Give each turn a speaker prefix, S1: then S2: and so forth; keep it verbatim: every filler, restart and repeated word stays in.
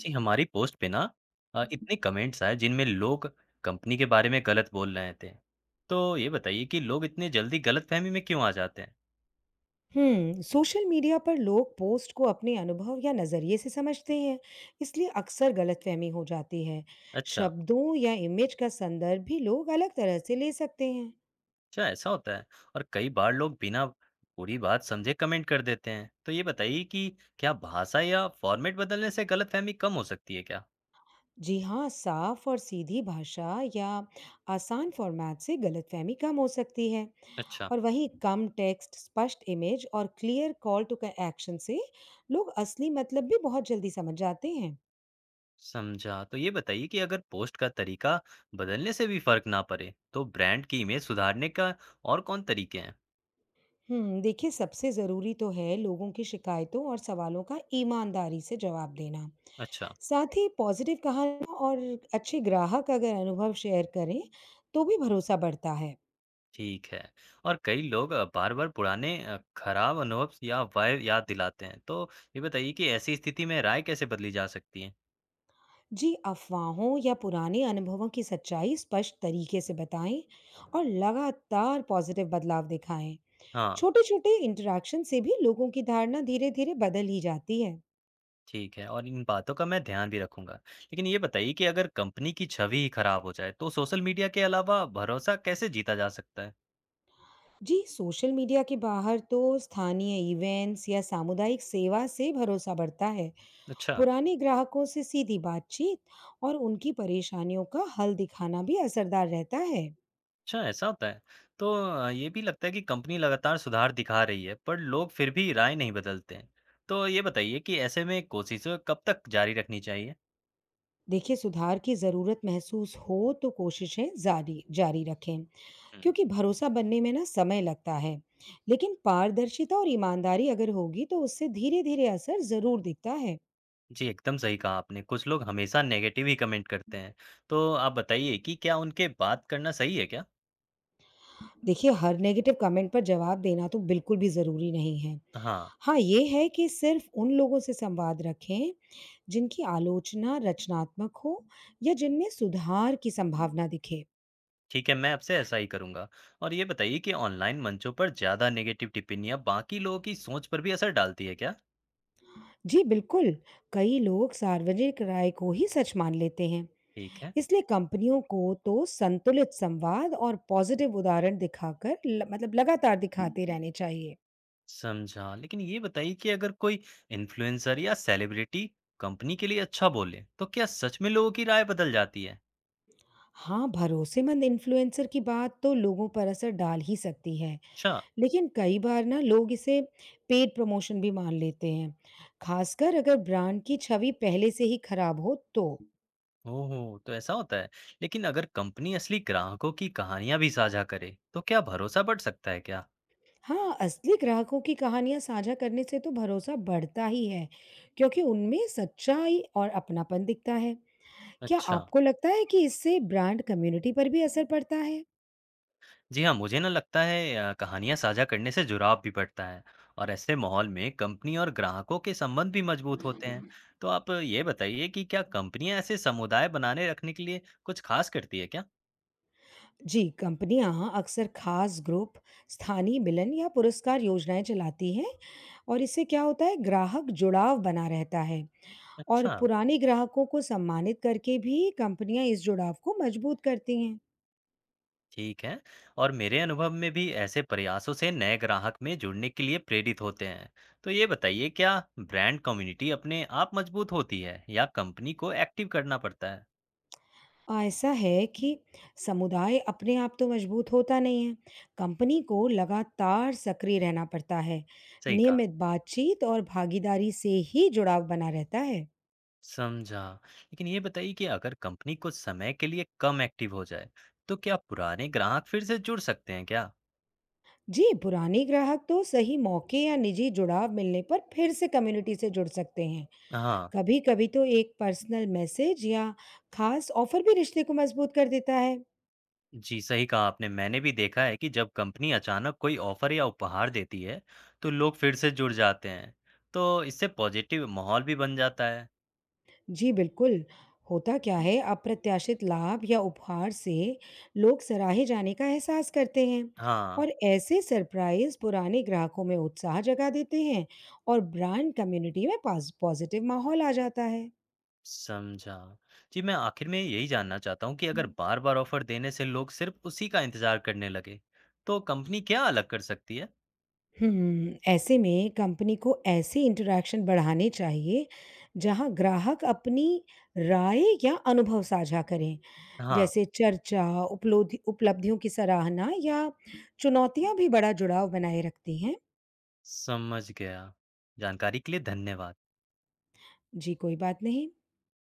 S1: जी, हमारी पोस्ट पे ना अ, इतने कमेंट्स आए जिनमें लोग कंपनी के बारे में गलत बोल रहे थे। तो ये बताइए कि लोग इतने जल्दी गलतफहमी में क्यों आ जाते हैं?
S2: हम्म, सोशल मीडिया पर लोग पोस्ट को अपने अनुभव या नज़रिए से समझते हैं, इसलिए अक्सर गलतफहमी हो जाती है।
S1: अच्छा,
S2: शब्दों या इमेज का संदर्भ भी लोग अलग तरह से ले सकते हैं।
S1: अच्छा ऐसा होता है। और कई बार लोग बिना पूरी बात समझे कमेंट कर देते हैं। तो ये बताइए कि क्या भाषा या फॉर्मेट बदलने से गलतफहमी कम हो सकती है क्या?
S2: जी हाँ, साफ और सीधी भाषा या आसान फॉर्मेट से गलतफहमी कम हो सकती है
S1: अच्छा,
S2: और वहीं कम टेक्स्ट, स्पष्ट इमेज और क्लियर कॉल टू एक्शन से लोग असली मतलब भी बहुत जल्दी समझ जाते हैं।
S1: समझा। तो ये बताइए कि अगर पोस्ट का तरीका बदलने से भी फर्क ना पड़े, तो ब्रांड की इमेज सुधारने का और कौन तरीके हैं?
S2: हुँ, देखिए सबसे ज़रूरी तो है लोगों की शिकायतों और सवालों का ईमानदारी से जवाब देना।
S1: अच्छा।
S2: साथ ही पॉज़िटिव कहानियाँ और अच्छे ग्राहक अगर अनुभव शेयर करें, तो भी भरोसा बढ़ता है।
S1: ठीक है। और कई लोग अ, बार-बार पुराने अ, खराब अनुभव या वाइब याद दिलाते हैं। तो ये बताइए कि ऐसी स्थिति में राय कैसे बदली जा सकती है?
S2: जी, अफ़वाहों या पुराने अनुभवों की सच्चाई स्पष्ट तरीके से बताएँ और लगातार पॉज़िटिव बदलाव दिखाएँ।
S1: हाँ,
S2: छोटे-छोटे इंटरैक्शन से भी लोगों की धारणा धीरे-धीरे बदल ही जाती है।
S1: ठीक है और इन बातों का मैं ध्यान भी रखूँगा। लेकिन ये बताइए कि अगर कंपनी की छवि ही खराब हो जाए, तो सोशल मीडिया के अलावा भरोसा कैसे जीता जा सकता है?
S2: जी सोशल मीडिया के बाहर तो स्थानीय इवेंट्स या सामुदायिक सेवा से भरोसा बढ़ता है।
S1: अच्छा,
S2: पुराने ग्राहकों से सीधी बातचीत और उनकी परेशानियों का हल दिखाना भी असरदार रहता है।
S1: अच्छा ऐसा होता है। तो अ, ये भी लगता है कि कंपनी लगातार सुधार दिखा रही है, पर लोग फिर भी राय नहीं बदलते हैं। तो ये बताइए कि ऐसे में कोशिशें कब तक जारी रखनी चाहिए?
S2: देखिए सुधार की ज़रूरत महसूस हो तो कोशिशें जारी जारी रखें
S1: हुँ।
S2: क्योंकि भरोसा बनने में ना समय लगता है, लेकिन पारदर्शिता और ईमानदारी अगर होगी तो उससे धीरे धीरे असर ज़रूर दिखता है।
S1: जी, एकदम सही कहा आपने। कुछ लोग हमेशा नेगेटिव ही कमेंट करते हैं। तो आप बताइए कि क्या उनके बात करना सही है क्या?
S2: देखिए, हर नेगेटिव कमेंट पर जवाब देना तो बिल्कुल भी ज़रूरी नहीं है।
S1: हाँ,
S2: हाँ, ये है कि सिर्फ़ उन लोगों से संवाद रखें, जिनकी आलोचना रचनात्मक हो या जिनमें सुधार की संभावना दिखे।
S1: ठीक है मैं आपसे ऐसा ही करूँगा। और ये बताइए कि ऑनलाइन मंचों पर ज़्यादा नेगेटिव टिप्पणियाँ बाकी लोगों की सोच पर भी असर डालती है क्या?
S2: जी बिल्कुल, कई लोग सार्वजनिक राय को ही सच मान लेते हैं।
S1: ठीक है,
S2: इसलिए कंपनियों को तो संतुलित संवाद और पॉज़िटिव उदाहरण दिखाकर ल मतलब लगातार दिखाते रहने चाहिए।
S1: समझा। लेकिन ये बताइए कि अगर कोई इन्फ्लुएंसर या सेलिब्रिटी कंपनी के लिए अच्छा बोले, तो क्या सच में लोगों की राय बदल जाती है?
S2: हाँ, भरोसेमंद इन्फ्लुएंसर की बात तो लोगों पर असर डाल ही सकती है।
S1: अच्छा।
S2: लेकिन कई बार ना लोग इसे पेड प्रमोशन भी मान लेते हैं, खासकर अगर ब्रांड की छवि पहले से ही खराब हो तो।
S1: ओह! तो ऐसा होता है। लेकिन अगर कंपनी असली ग्राहकों की कहानियाँ भी साझा करे, तो क्या भरोसा बढ़ सकता है क्या?
S2: हाँ, असली ग्राहकों की कहानियाँ साझा करने से तो भरोसा बढ़ता ही है, क्योंकि उनमें सच्चाई और अपनापन दिखता है। क्या
S1: अच्छा।
S2: आपको लगता है कि इससे ब्रांड कम्युनिटी पर भी असर पड़ता है?
S1: जी हाँ, मुझे ना लगता है अ, कहानियाँ साझा करने से जुड़ाव भी बढ़ता है और ऐसे माहौल में कंपनी और ग्राहकों के संबंध भी मजबूत होते हैं। तो आप ये बताइए कि क्या कंपनियाँ ऐसे समुदाय बनाने रखने के लिए कुछ खास करती है क्या?
S2: जी, कंपनियाँ अक्सर खास ग्रुप, स्थानीय मिलन या पुरस्कार योजनाएं चलाती हैं और इससे क्या होता है ग्राहक जुड़ाव बना रहता है। और
S1: अच्छा।
S2: पुराने ग्राहकों को सम्मानित करके भी कंपनियां इस जुड़ाव को मजबूत करती हैं।
S1: ठीक है और मेरे अनुभव में भी ऐसे प्रयासों से नए ग्राहक में जुड़ने के लिए प्रेरित होते हैं। तो ये बताइए क्या ब्रांड कम्युनिटी अपने आप मजबूत होती है या कंपनी को एक्टिव करना पड़ता है?
S2: आ, ऐसा है कि समुदाय अपने आप तो मजबूत होता नहीं है, कंपनी को लगातार सक्रिय रहना पड़ता है।
S1: सही कहा।
S2: नियमित बातचीत और भागीदारी से ही जुड़ाव बना रहता है।
S1: समझा। लेकिन ये बताइए कि अगर कंपनी कुछ समय के लिए कम एक्टिव हो जाए तो क्या पुराने ग्राहक फिर से जुड़ सकते हैं क्या?
S2: जी पुराने ग्राहक तो सही मौके या निजी जुड़ाव मिलने पर फिर से कम्युनिटी से जुड़ सकते हैं।
S1: हाँ।
S2: कभी कभी तो एक पर्सनल मैसेज या खास ऑफर भी रिश्ते को मजबूत कर देता है।
S1: जी सही कहा आपने। मैंने भी देखा है कि जब कंपनी अचानक कोई ऑफर या उपहार देती है तो लोग फिर से जुड़ जाते हैं। तो इससे पॉजिटिव माहौल भी बन जाता है।
S2: जी, बिल्कुल। होता क्या है, अप्रत्याशित लाभ या उपहार से लोग सराहे जाने का एहसास करते हैं
S1: हाँ,
S2: और ऐसे सरप्राइज़ पुराने ग्राहकों में उत्साह जगा देते हैं और ब्रांड कम्युनिटी में पाज़ पॉज़िटिव माहौल आ जाता है।
S1: समझा। जी, मैं आखिर में यही जानना चाहता हूँ कि अगर बार-बार ऑफ़र देने से लोग सिर्फ़ उसी का इंतज़ार करने लगे, तो कंपनी क्या अलग कर सकती है?
S2: हुँ, ऐसे में कंपनी को ऐसे इंटरैक्शन बढ़ाने चाहिए, जहाँ ग्राहक अपनी राय या अनुभव साझा करें,
S1: हाँ,
S2: जैसे चर्चा, उपलोधि उपलब्धियों की सराहना या चुनौतियाँ भी बड़ा जुड़ाव बनाए रखती हैं।
S1: समझ गया। जानकारी के लिए धन्यवाद।
S2: जी, कोई बात नहीं।